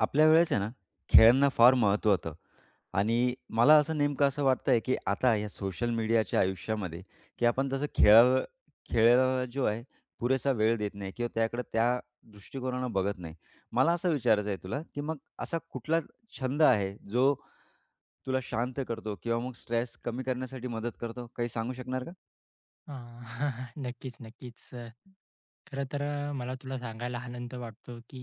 आपल्या वेळेस आहे ना, खेळांना फार महत्त्व होतं आणि मला असं नेमकं असं वाटतंय, की आता या सोशल मीडियाच्या आयुष्यामध्ये, की आपण तसं खेळाला खेळाला जो आहे पुरेसा वेळ देत नाही किंवा त्याकडे त्या दृष्टिकोनानं बघत नाही. मला असं विचारायचं आहे तुला, की मग असा कुठला छंद आहे, जो तुला शांत करतो किंवा मग स्ट्रेस कमी करण्यासाठी मदत करतो? काही सांगू शकणार का? हां. नक्कीच, नक्कीच. खरं तर मला तुला सांगायला आनंद वाटतो, की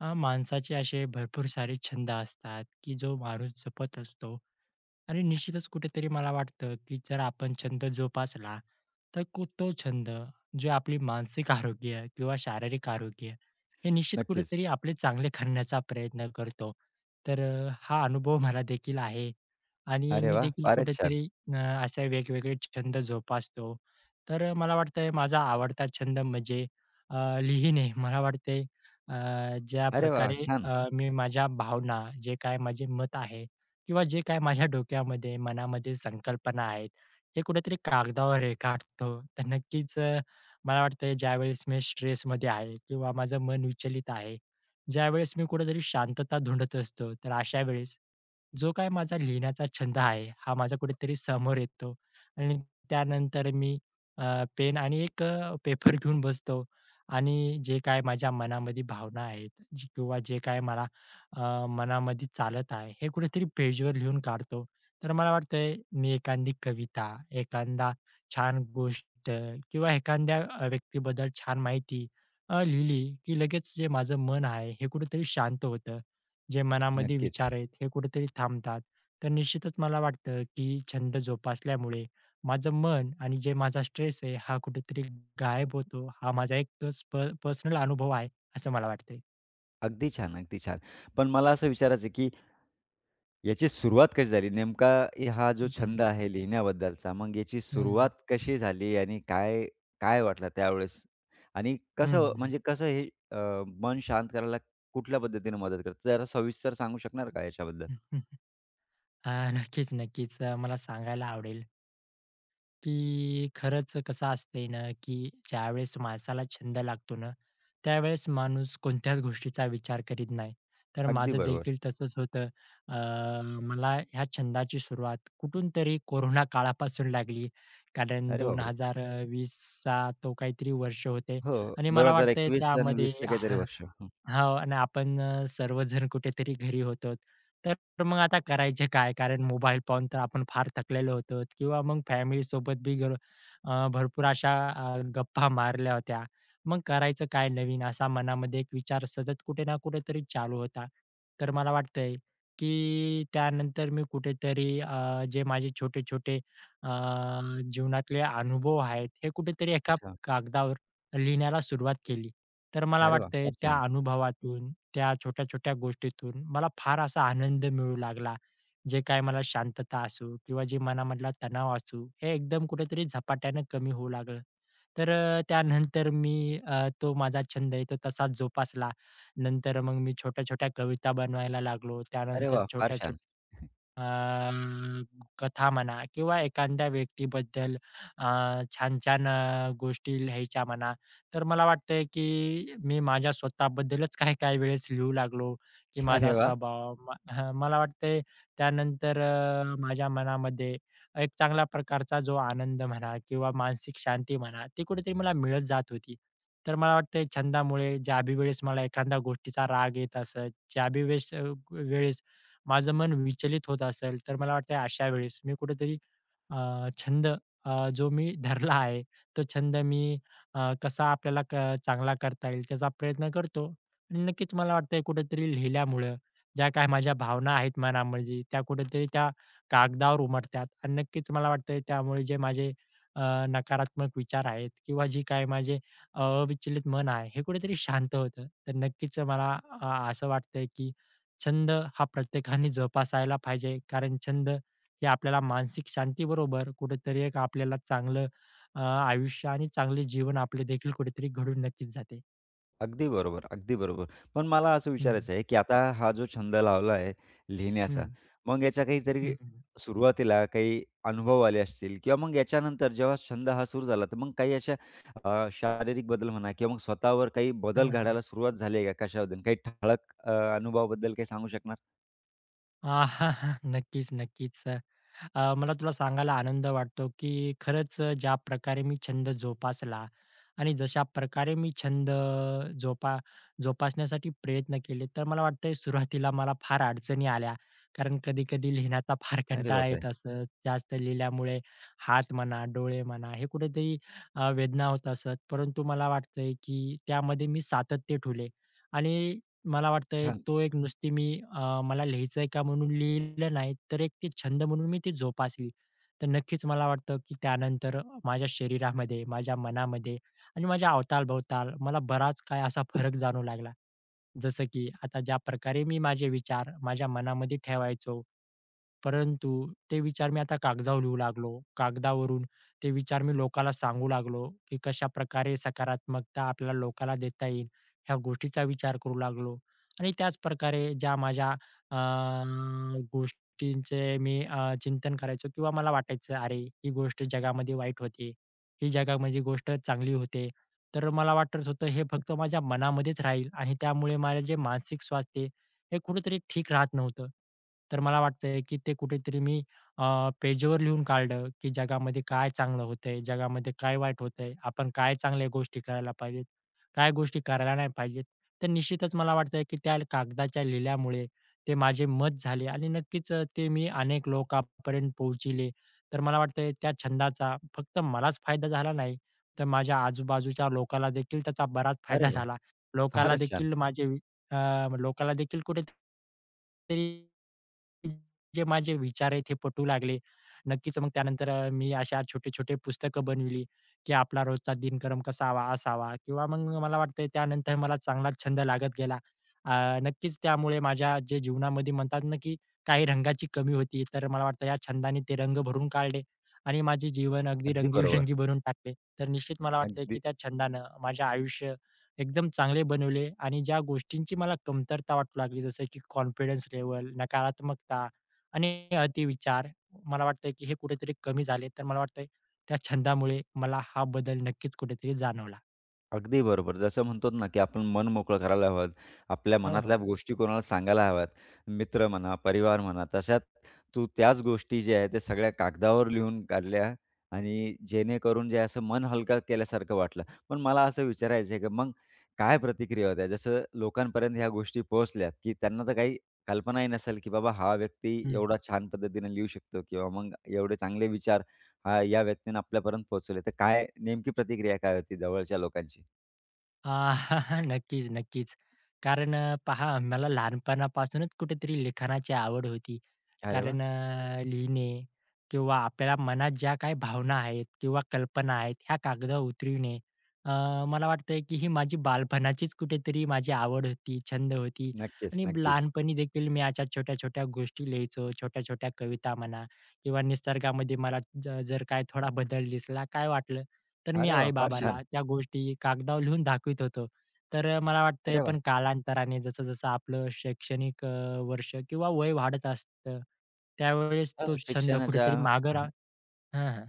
माणसाचे असे भरपूर सारे छंद असतात, की जो माणूस जपत असतो आणि निश्चितच कुठेतरी मला वाटतं, की जर आपण छंद जोपासला, तर तो छंद जे आपली मानसिक आरोग्य किंवा शारीरिक आरोग्य हे निश्चित नक्कीच. कुठेतरी आपले चांगले करण्याचा प्रयत्न करतो. तर हा अनुभव मला देखील आहे आणि अरे मी वाह! देखील फारच छान. कुठेतरी अ, असे वेगवेगळे छंद जोपासतो. तर मला वाटतंय माझा आवडता छंद म्हणजे लिहिणे मला वाटते. अ, ज्या अरे वाह! प्रकारे छान. मी माझ्या भावना, जे काय माझे मत आहे किंवा जे काय माझ्या डोक्यामध्ये, मनामध्ये संकल्पना आहेत, हे कुठेतरी कागदावर रेखाटतो. तर नक्कीच मला वाटतं ज्यावेळेस मी स्ट्रेसमध्ये आहे किंवा माझं मन विचलित आहे, ज्यावेळेस मी कुठेतरी शांतता धुंडत असतो, तर अशा वेळेस जो काही माझा लिहिण्याचा छंद आहे, हा माझ्या कुठेतरी समोर येतो आणि त्यानंतर मी पेन आणि एक पेपर घेऊन बसतो आणि जे काय माझ्या मनामध्ये भावना आहेत जी किंवा जे काय मला मनामध्ये चालत आहे, हे कुठेतरी पेजवर लिहून काढतो. तर मला वाटतंय मी एखादी कविता, एखादा छान गोष्ट किंवा एखाद्या व्यक्तीबद्दल छान माहिती लिहिली, की लगेच जे माझं मन आहे, हे कुठेतरी शांत होतं. जे मनामध्ये नक्कीच. विचार आहेत हे कुठेतरी थांबतात. तर निश्चितच मला वाटतं, की छंद जोपासल्यामुळे माझं मन आणि जे माझा स्ट्रेस आहे हा कुठेतरी गायब होतो. हा माझा एक तस प पर्सनल अनुभव आहे असं मला वाटतंय. अगदी छान, अगदी छान. पण मला असं विचारायचं आहे, की याची सुरुवात कशी झाली? नेमका हा जो हं, छंद आहे लिहिण्याबद्दलचा, मग याची हं, सुरुवात कशी झाली आणि काय काय वाटलं त्यावेळेस? आणि कसं हं, म्हणजे कसं हे मन शांत करायला कुठल्या पद्धतीने मदत करतं? जरा सविस्तर सांगू शकणार का याच्याबद्दल? हं, हं. अ, नक्कीच, नक्कीच. मला सांगायला आवडेल की खरंच कसं असतंय ना, की ज्यावेळेस माणसाला छंद लागतो ना, त्यावेळेस माणूस कोणत्याच गोष्टीचा विचार करीत नाही. तर अगदी माझं बरोबर. देखील तसंच होतं. अ, मला ह्या छंदाची सुरुवात कुठून तरी कोरोना काळापासून लागली. कारण अरे बापरे! 2020चा तो काहीतरी वर्ष होते हो, आणि मला वाटतंय 2021 आणि त्यामध्ये 20चं काहीतरी वर्ष. हं. हां आणि आपण सर्वजण कुठेतरी घरी होतो. तर मग आता करायचे काय? कारण मोबाईल पाहून तर आपण फार थकलेलो होतो किंवा मग फॅमिलीसोबत भरपूर अशा गप्पा मारल्या होत्या. मग करायचं काय नवीन? असा मनामध्ये एक विचार सतत कुठे ना कुठेतरी चालू होता. तर मला वाटतंय, की त्यानंतर मी कुठेतरी जे माझे छोटे-छोटे अ, जीवनातले अनुभव आहेत, हे कुठेतरी एका अच्छा. कागदावर लिहिण्याला सुरुवात केली. तर मला अरे वाह! वाटतंय फार त्या छान. अनुभवातून, त्या छोट्या-छोट्या गोष्टीतून मला फार असा आनंद मिळू लागला. जे काय मला शांतता असू किंवा जे मनामधला तणाव असू, हे एकदम कुठेतरी झपाट्यानं कमी होऊ लागलं. तर त्यानंतर मी तो माझा छंद आहे तो तसाच जोपासला. नंतर मग मी छोट्या-छोट्या कविता बनवायला लागलो. अरे त्यानंतर वाह! फार छोट्या छान. अ, कथा म्हणा किंवा एखाद्या व्यक्तीबद्दल अ, छान-छान गोष्टी लिहायच्या म्हणा, तर मला वाटतंय की मी माझ्या स्वतःबद्दलच काही-काही वेळेस लिहू लागलो, की माझा अरे वाह! स्वभाव मला वाटतंय त्यानंतर माझ्या मनामध्ये एक चांगल्या प्रकारचा जो आनंद म्हणा किंवा मानसिक शांती म्हणा, ती कुठेतरी मला मिळत जात होती. तर मला वाटतंय छंदामुळे ज्याबी वेळेस मला एखाद्या गोष्टीचा राग येत असत, ज्याबी वेळेस वेळेस माझं मन विचलित होत असेल, तर मला वाटतंय अशा वेळेस मी कुठेतरी छंद जो मी धरला आहे, तो छंद मी कसा आपल्याला चांगला करता येईल त्याचा प्रयत्न करतो. आणि नक्कीच मला वाटतंय कुठेतरी लिहिल्यामुळं ज्या काही माझ्या भावना आहेत मनामध्ये, त्या कुठेतरी त्या कागदावर उमटतात आणि नक्कीच मला वाटतंय त्यामुळे जे माझे अ, नकारात्मक विचार आहेत किंवा जी काही माझे अविचलित मन आहे, हे कुठेतरी शांत होतं. तर नक्कीच मला असं वाटतंय की छंद हा प्रत्येकाने जोपासायला पाहिजे कारण छंद हे आपल्याला मानसिक शांतीबरोबर कुठेतरी एक आपल्याला चांगलं आयुष्य आणि चांगले जीवन आपले देखील कुठेतरी घडून नक्कीच जाते. अगदी बरोबर, अगदी बरोबर. पण मला असं हं, विचारायचं आहे, की आता हा जो छंद लावला आहे लिहिण्याचा, हं, मग याच्या काहीतरी हं, हं. सुरुवातीला काही अनुभव आले असतील किंवा मग याच्यानंतर जेव्हा छंद हा सुरू झाला, तर मग काही अशा शारीरिक बदल म्हणा किंवा मग स्वतःवर काही हां, बदल हां. घडायला सुरुवात झाली आहे का कशाबद्दल? काही ठळक अनुभवाबद्दल काही सांगू शकणार? आ, नक्कीच, नक्कीच. मला तुला सांगायला आनंद वाटतो, की खरंच ज्या प्रकारे मी छंद जोपासला आणि जशा प्रकारे मी छंद अ, जोपा जोपासण्यासाठी प्रयत्न केले, तर मला वाटतंय सुरुवातीला मला फार अडचणी आल्या. कारण कधी-कधी लिहिण्याचा फार अरे कंटाळा बापरे! येत असत. जास्त लिहिल्यामुळे हात म्हणा, डोळे म्हणा, हे कुठेतरी वेदना होत असत. परंतु मला वाटतंय, की त्यामध्ये मी सातत्य ठेवले आणि मला वाटतंय छान. तो एक नुसती मी मला लिहायचंय का म्हणून लिहिलं नाही, तर एक ते छंद म्हणून मी ती जोपासली. तर नक्कीच मला वाटतं, की त्यानंतर माझ्या शरीरामध्ये, माझ्या मनामध्ये आणि माझ्या अवताल-भोवताल मला बराच काही असा फरक जाणवू लागला. जसं की आता ज्या प्रकारे मी माझे विचार माझ्या मनामध्ये ठेवायचो परंतु ते विचार मी आता कागदावर लिहू लागलो. कागदावरून ते विचार मी लोकाला सांगू लागलो, की कशाप्रकारे सकारात्मकता आपल्याला लोकाला देता येईल, ह्या गोष्टीचा विचार करू लागलो. आणि त्याच प्रकारे ज्या माझ्या अ, गोष्टींचे मी चिंतन करायचो किंवा मला वाटायचं, "अरे, ही गोष्ट जगामध्ये वाईट होते, ही जगामध्ये गोष्ट चांगली होते." तर मला वाटत होतं, हे फक्त माझ्या मनामध्येच राहील आणि त्यामुळे माझे जे मानसिक स्वास्थ्य हे कुठेतरी ठीक राहत नव्हतं. तर मला वाटतंय, की ते कुठेतरी मी पेजवर लिहून काढलं, की जगामध्ये काय चांगलं होतंय, जगामध्ये काय वाईट होतंय, आपण काय चांगल्या गोष्टी करायला पाहिजेत, काय गोष्टी करायला नाही पाहिजेत. तर निश्चितच मला वाटतंय, की त्या कागदाच्या लिहिल्यामुळे ते माझे मत झाले आणि नक्कीच ते मी अनेक लोकांपर्यंत पोहोचले. तर मला वाटतंय त्या छंदाचा फक्त मलाच फायदा झाला नाही, तर माझ्या आजूबाजूच्या लोकाला देखील त्याचा बराच अरे फायदा वाह! झाला. लोकाला फारच छान. देखील माझे लोकांना देखील कुठेतरी जे माझे विचार आहेत हे पटू लागले. नक्कीच मग त्यानंतर मी अशा छोटे-छोटे पुस्तकं बनविली, की आपला रोजचा दिनक्रम कसावा असावा किंवा मग मला वाटतंय त्यानंतर मला चांगला छंद लागत गेला. अ, नक्कीच त्यामुळे माझ्या जे जीवनामध्ये म्हणतात ना, की काही रंगाची कमी होती, तर मला वाटतं या छंदाने ते रंग भरून काढले आणि माझे जीवन अगदी अगदी बरोबर. रंगीबेरंगी बनवून टाकले. तर निश्चित मला वाटतंय, की अगदी त्या छंदानं माझ्या आयुष्य एकदम चांगले बनवले आणि ज्या गोष्टींची मला कमतरता वाटू लागली, जसं की कॉन्फिडन्स लेव्हल, नकारात्मकता आणि अतिविचार, मला वाटतंय की हे कुठेतरी कमी झाले. तर मला वाटतंय त्या छंदामुळे मला हा बदल नक्कीच कुठेतरी जाणवला. अगदी बरोबर. जसं म्हणतो ना, की आपण मन मोकळं करायला हवं. आपल्या हो, हो. मनातल्या गोष्टी कोणाला सांगायला हव्यात. मित्र म्हणा, परिवार म्हणा. तशात तू त्याच गोष्टी ज्या आहेत, त्या सगळ्या कागदावर लिहून काढल्या आणि जेणेकरून जे असं मन हलकं केल्यासारखं वाटलं. पण मला असं विचारायचं आहे, की मग काय प्रतिक्रिया होत्या? जसं लोकांपर्यंत ह्या गोष्टी पोहोचल्यात, की त्यांना तर काही कल्पनाही नसेल, की बाबा हा व्यक्ती हं. एवढा छान पद्धतीने लिहू शकतो किंवा मग एवढे चांगले विचार हा या व्यक्तीने आपल्यापर्यंत पोहोचवले. तर काय नेमकी प्रतिक्रिया काय होती जवळच्या लोकांची? अ, नक्कीच, नक्कीच. कारण पहा मला लहानपणापासूनच कुठेतरी लिखाणाची आवड होती. अरे वाह! कारण लिहिणे किंवा आपल्या मनात ज्या काही भावना आहेत किंवा कल्पना आहेत, ह्या कागदावर उतरविणे अ, मला वाटतंय की ही माझी बालपणाचीच कुठेतरी माझी आवड होती, छंद होती नक्कीच, आणि नक्कीच. लहानपणी देखील मी अशा छोट्या-छोट्या गोष्टी लिहायचो. छोट्या-छोट्या कविता म्हणा किंवा निसर्गामध्ये मला जर काय थोडा बदल दिसला, काय वाटलं तर मी अरे वाह! फार आई-बाबाला छान. त्या गोष्टी कागदावर लिहून दाखवीत होतो. तर मला वाटतंय अरे वाह! पण कालांतराने जसं-जसं आपलं शैक्षणिक वर्ष किंवा वय वाढत असतं, त्यावेळेस हो, तो छंद शिक्षणाच्या कुठेतरी मागे रा हां, हां, हां.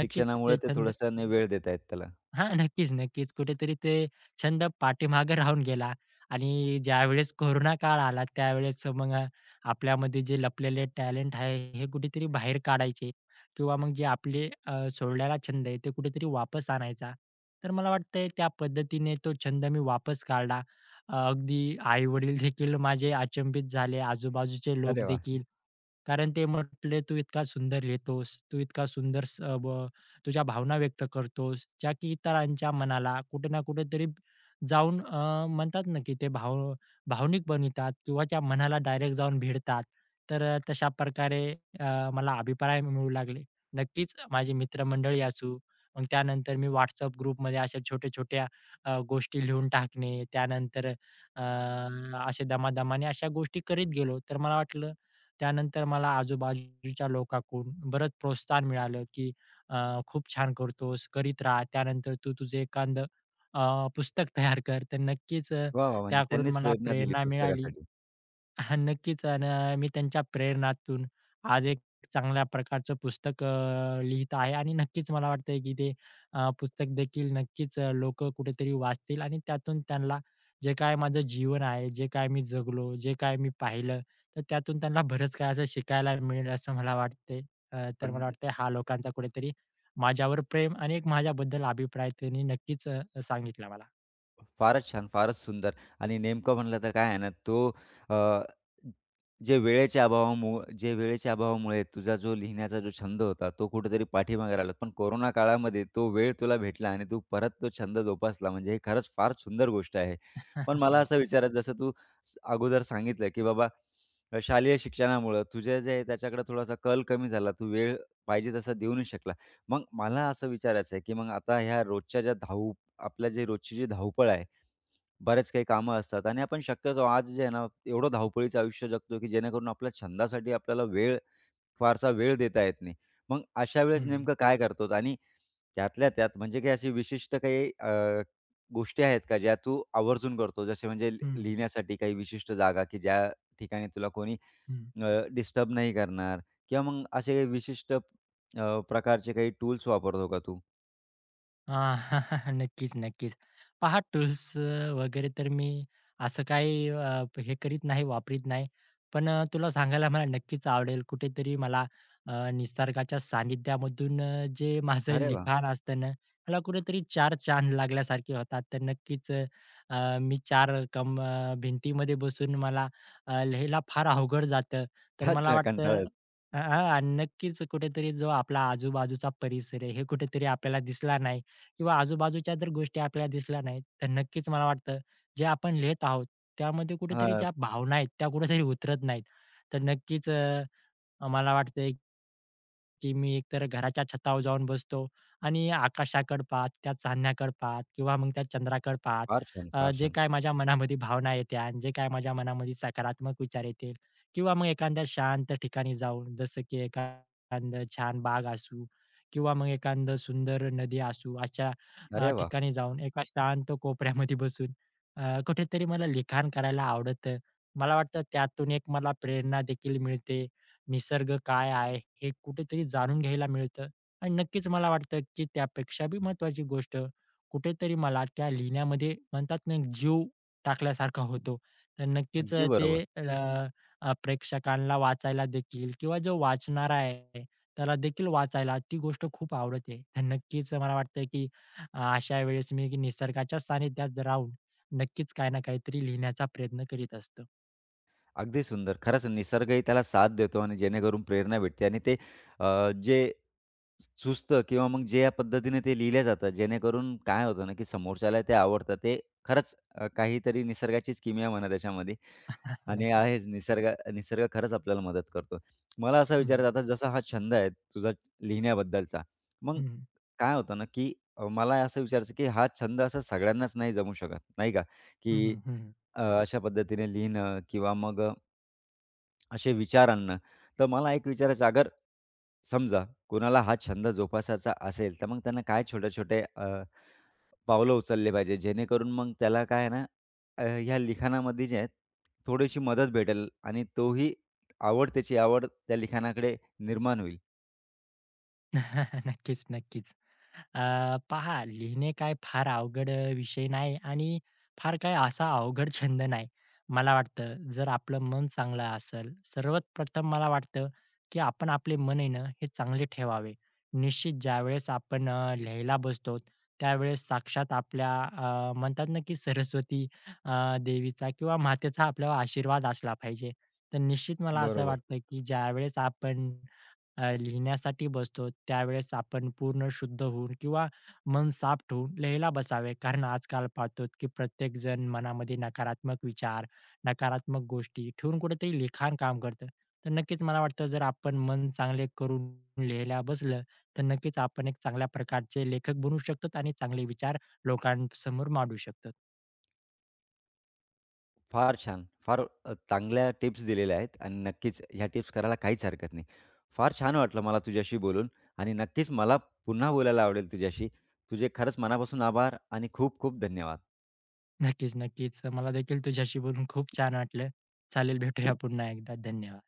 नक्कीच ते ते छंद थोडंसं न वेळ देत आहेत त्याला. हां, नक्कीच, नक्कीच. कुठेतरी ते छंद पाठीमागे राहून गेला आणि ज्यावेळेस कोरोना काळ आला त्यावेळेस मग आपल्यामध्ये जे लपलेले टॅलेंट आहे हे कुठेतरी बाहेर काढायचे किंवा मग जे आपले सोडलेला छंद आहे ते कुठेतरी वापस आणायचा. तर मला वाटतंय त्या पद्धतीने तो छंद मी वापस काढला. अगदी आई-वडील देखील माझे अचंबित झाले, आजूबाजूचे लोक अरे वाह! देखील. कारण ते म्हटले, "तू इतका सुंदर लिहितोस, तू इतका सुंदर तुझ्या भावना व्यक्त करतोस, ज्या की इतरांच्या मनाला कुठे ना कुठेतरी जाऊन म्हणतात ना की ते भाव भावनिक बनवितात किंवा त्या मनाला डायरेक्ट जाऊन भिडतात. तर तशा प्रकारे अ, मला अभिप्राय मिळू लागले. नक्कीच माझी मित्रमंडळी असू, मग त्यानंतर मी WhatsApp ग्रुपमध्ये अशा छोट्या-छोट्या गोष्टी लिहून टाकणे, त्यानंतर अ, असे दमादमाने अशा गोष्टी करीत गेलो. तर मला वाटलं त्यानंतर मला आजूबाजूच्या लोकांकडून बरंच प्रोत्साहन मिळालं की खूप छान करतोस, करीत राहा. त्यानंतर तू तुझं एखादं पुस्तक तयार कर. तर नक्कीच वाह, वाह! म्हणजे त्याकडून त्यांनीच मला प्रेरणा दिली प्रेरणा मिळाली. पुस्तकासाठी. हां, नक्कीच. आणि मी त्यांच्या प्रेरणातून आज एक चांगल्या प्रकारचं पुस्तक लिहीत आहे आणि नक्कीच मला वाटतंय की ते पुस्तक देखील नक्कीच कुठेतरी वाचतील आणि त्यातून त्यांना जे काय माझं जीवन आहे, जे काय मी जगलो, जे काय मी पाहिलं, तर त्यातून त्यांना बरंच काही असं शिकायला मिळेल असं मला वाटतंय. तर मला अगदी वाटतंय हा लोकांचा कुठेतरी माझ्यावर प्रेम आणि एक माझ्याबद्दल अभिप्राय त्यांनी नक्कीच सांगितला मला. फारच छान, फारच सुंदर आणि नेमकं म्हटलं तर काय आहे ना, तो अ, जे वेळेच्या अभावामुळे तुझा जो लिहिण्याचा जो छंद होता, तो कुठेतरी पाठीमागे राहिला. पण कोरोना काळामध्ये तो वेळ तुला भेटला आणि तू परत तो छंद जोपासला. म्हणजे हे खरंच फार सुंदर गोष्ट आहे. पण मला असं नक्की. विचारायचं जसं तू अगोदर सांगितलं, की बाबा शालेय शिक्षणामुळं तुझे जे आहे त्याच्याकडे थोडासा कल कमी झाला. तू वेळ पाहिजे तसा देऊ नाही शकला. मग मला असं विचारायचं आहे, की मग आता ह्या रोजच्या ज्या धाव आपल्या जे रोजची जी धावपळ आहे, बरेच काही कामं असतात आणि आपण शक्यतो आज जे आहे ना, एवढं धावपळीचं आयुष्य जगतो, की जेणेकरून आपल्या छंदासाठी आपल्याला वेळ फारसा वेळ देता येत नाही. मग अशा हं, वेळेस हं. नेमकं काय करतो आणि त्यातल्या त्यात म्हणजे काही अशी विशिष्ट काही गोष्टी आहेत का ज्या तू आवर्जून करतो? जसे म्हणजे हं, लिहिण्यासाठी काही विशिष्ट जागा, की ज्या ठिकाणी तुला कोणी डिस्टर्ब नाही करणार किंवा मग असे काही विशिष्ट प्रकारचे काही टूल्स वापरतो का तू? हां. नक्कीच, नक्कीच. पहा टूल्स वगैरे तर मी असं काही हे करीत नाही, वापरीत नाही. पण तुला सांगायला मला नक्कीच आवडेल. कुठेतरी मला निसर्गाच्या सानिध्यामधून जे माझं अरे वाह! लिखाण असतं ना, मला कुठेतरी चार चांद लागल्यासारखे होतात. तर नक्कीच मी भिंतीमध्ये बसून मला लिहायला फार अवघड जातं. तर मला अच्छा कंटाळा वाटतं येतो. हां, हां. आणि नक्कीच कुठेतरी जो आपला आजूबाजूचा परिसर आहे, हे कुठेतरी आपल्याला दिसला नाही. किंवा आजूबाजूच्या जर गोष्टी आपल्याला दिसल्या नाहीत, तर नक्कीच मला वाटतं जे आपण लिहित आहोत त्यामध्ये कुठेतरी हां. ज्या भावना आहेत त्या कुठेतरी उतरत नाहीत. तर नक्कीच मला वाटतंय, की मी एकतर घराच्या छतावर जाऊन बसतो आणि आकाशाकडे पाहत, त्या चांदण्याकडे पाहत किंवा मग त्या चंद्राकडे पाहत फार छान, फार जे छान. काय माझ्या मनामध्ये भावना येत्या आणि जे काय माझ्या मनामध्ये सकारात्मक विचार येतील किंवा मग एखाद्या शांत ठिकाणी जाऊन जसं की एखादं छान बाग असू किंवा मग एखादं सुंदर नदी असू अशा अरे वाह! ठिकाणी जाऊन एका शांत कोपऱ्यामध्ये बसून कुठेतरी मला लिखाण करायला आवडतं. मला वाटतं त्यातून एक मला प्रेरणा देखील मिळते. निसर्ग काय आहे? हे कुठेतरी जाणून घ्यायला मिळतं आणि नक्कीच मला वाटतं, की त्यापेक्षा बी महत्त्वाची गोष्ट कुठेतरी मला त्या लिहिण्यामध्ये म्हणतात ना, एक जीव टाकल्यासारखा होतो. तर नक्कीच अगदी अ, ते बरोबर. अ, अ, प्रेक्षकांना वाचायला देखील किंवा जो वाचणारा आहे, त्याला देखील वाचायला ती गोष्ट खूप आवडते. तर नक्कीच मला वाटतं, की अशा वेळेस मी की निसर्गाच्या सानिध्यात राहून नक्कीच काही ना काहीतरी लिहिण्याचा प्रयत्न करीत असतो. अगदी सुंदर. खरंच निसर्गही त्याला साथ देतो आणि जेणेकरून प्रेरणा भेटते आणि ते जे सुचतं किंवा मग जे या पद्धतीने ते लिहिल्या जातात, जेणेकरून काय होतं ना, की समोरच्याला ते आवडतं. ते खरंच काहीतरी निसर्गाचीच किमया म्हणा त्याच्यामध्ये आणि नक्कीच. आहेच निसर्ग निसर्ग खरंच आपल्याला मदत करतो. मला असं हं, हं. विचारायचं आता जसा हा छंद आहे तुझा लिहिण्याबद्दलचा, मग हं, हं. काय होतं ना, की मला असं विचारायचं, की हा छंद असा सगळ्यांनाच नाही जमू शकत, नाही का? की हं, अशा पद्धतीने लिहिणं किंवा मग असे विचार आणणं. तर मला एक विचारायचं अगर समजा कोणाला हा छंद जोपासायचा असेल, तर मग त्यांना काय छोटे-छोटे पावलं उचलले पाहिजे जेणेकरून मग त्याला काय आहे ना, ह्या लिखाणामध्ये जे आहे थोडीशी मदत भेटेल आणि तोही आवड त्या लिखाणाकडे निर्माण होईल? नक्कीच, नक्कीच. पहा लिहिणे काय फार अवघड विषय नाही आणि फार काय असा अवघड छंद नाही. मला वाटतं जर आपलं मन चांगलं असेल, सर्वात प्रथम मला वाटतं, की आपण आपले मन आहे ना हे चांगले ठेवावे. निश्चित ज्यावेळेस आपण लिहायला बसतो, त्यावेळेस साक्षात आपल्या म्हणतात ना, की सरस्वती देवीचा किंवा मातेचा आपल्यावर आशीर्वाद असला पाहिजे. तर निश्चित मला असं बरोबर. वाटतं, की ज्यावेळेस आपण लिहिण्यासाठी बसतो त्यावेळेस आपण पूर्ण शुद्ध होऊन किंवा मन साफ ठेवून लिहायला बसावे. कारण आजकाल पाहतो की प्रत्येक जण मनामध्ये नकारात्मक विचार, नकारात्मक गोष्टी ठेवून कुठेतरी लिखाण काम करतं. तर नक्कीच मला वाटतं जर आपण मन चांगले करून लिहायला बसलं, तर नक्कीच आपण एक चांगल्या प्रकारचे लेखक बनू शकतो आणि चांगले विचार लोकांसमोर मांडू शकतो. फार छान. फार चांगल्या टिप्स दिलेल्या आहेत आणि नक्कीच ह्या टिप्स करायला काहीच हरकत नाही. फार छान वाटलं मला तुझ्याशी बोलून आणि नक्कीच मला पुन्हा बोलायला आवडेल तुझ्याशी. तुझे खरंच मनापासून आभार आणि खूप खूप धन्यवाद. नक्कीच, नक्कीच. मला देखील तुझ्याशी बोलून खूप छान वाटलं. चालेल भेटूया पुन्हा एकदा. धन्यवाद.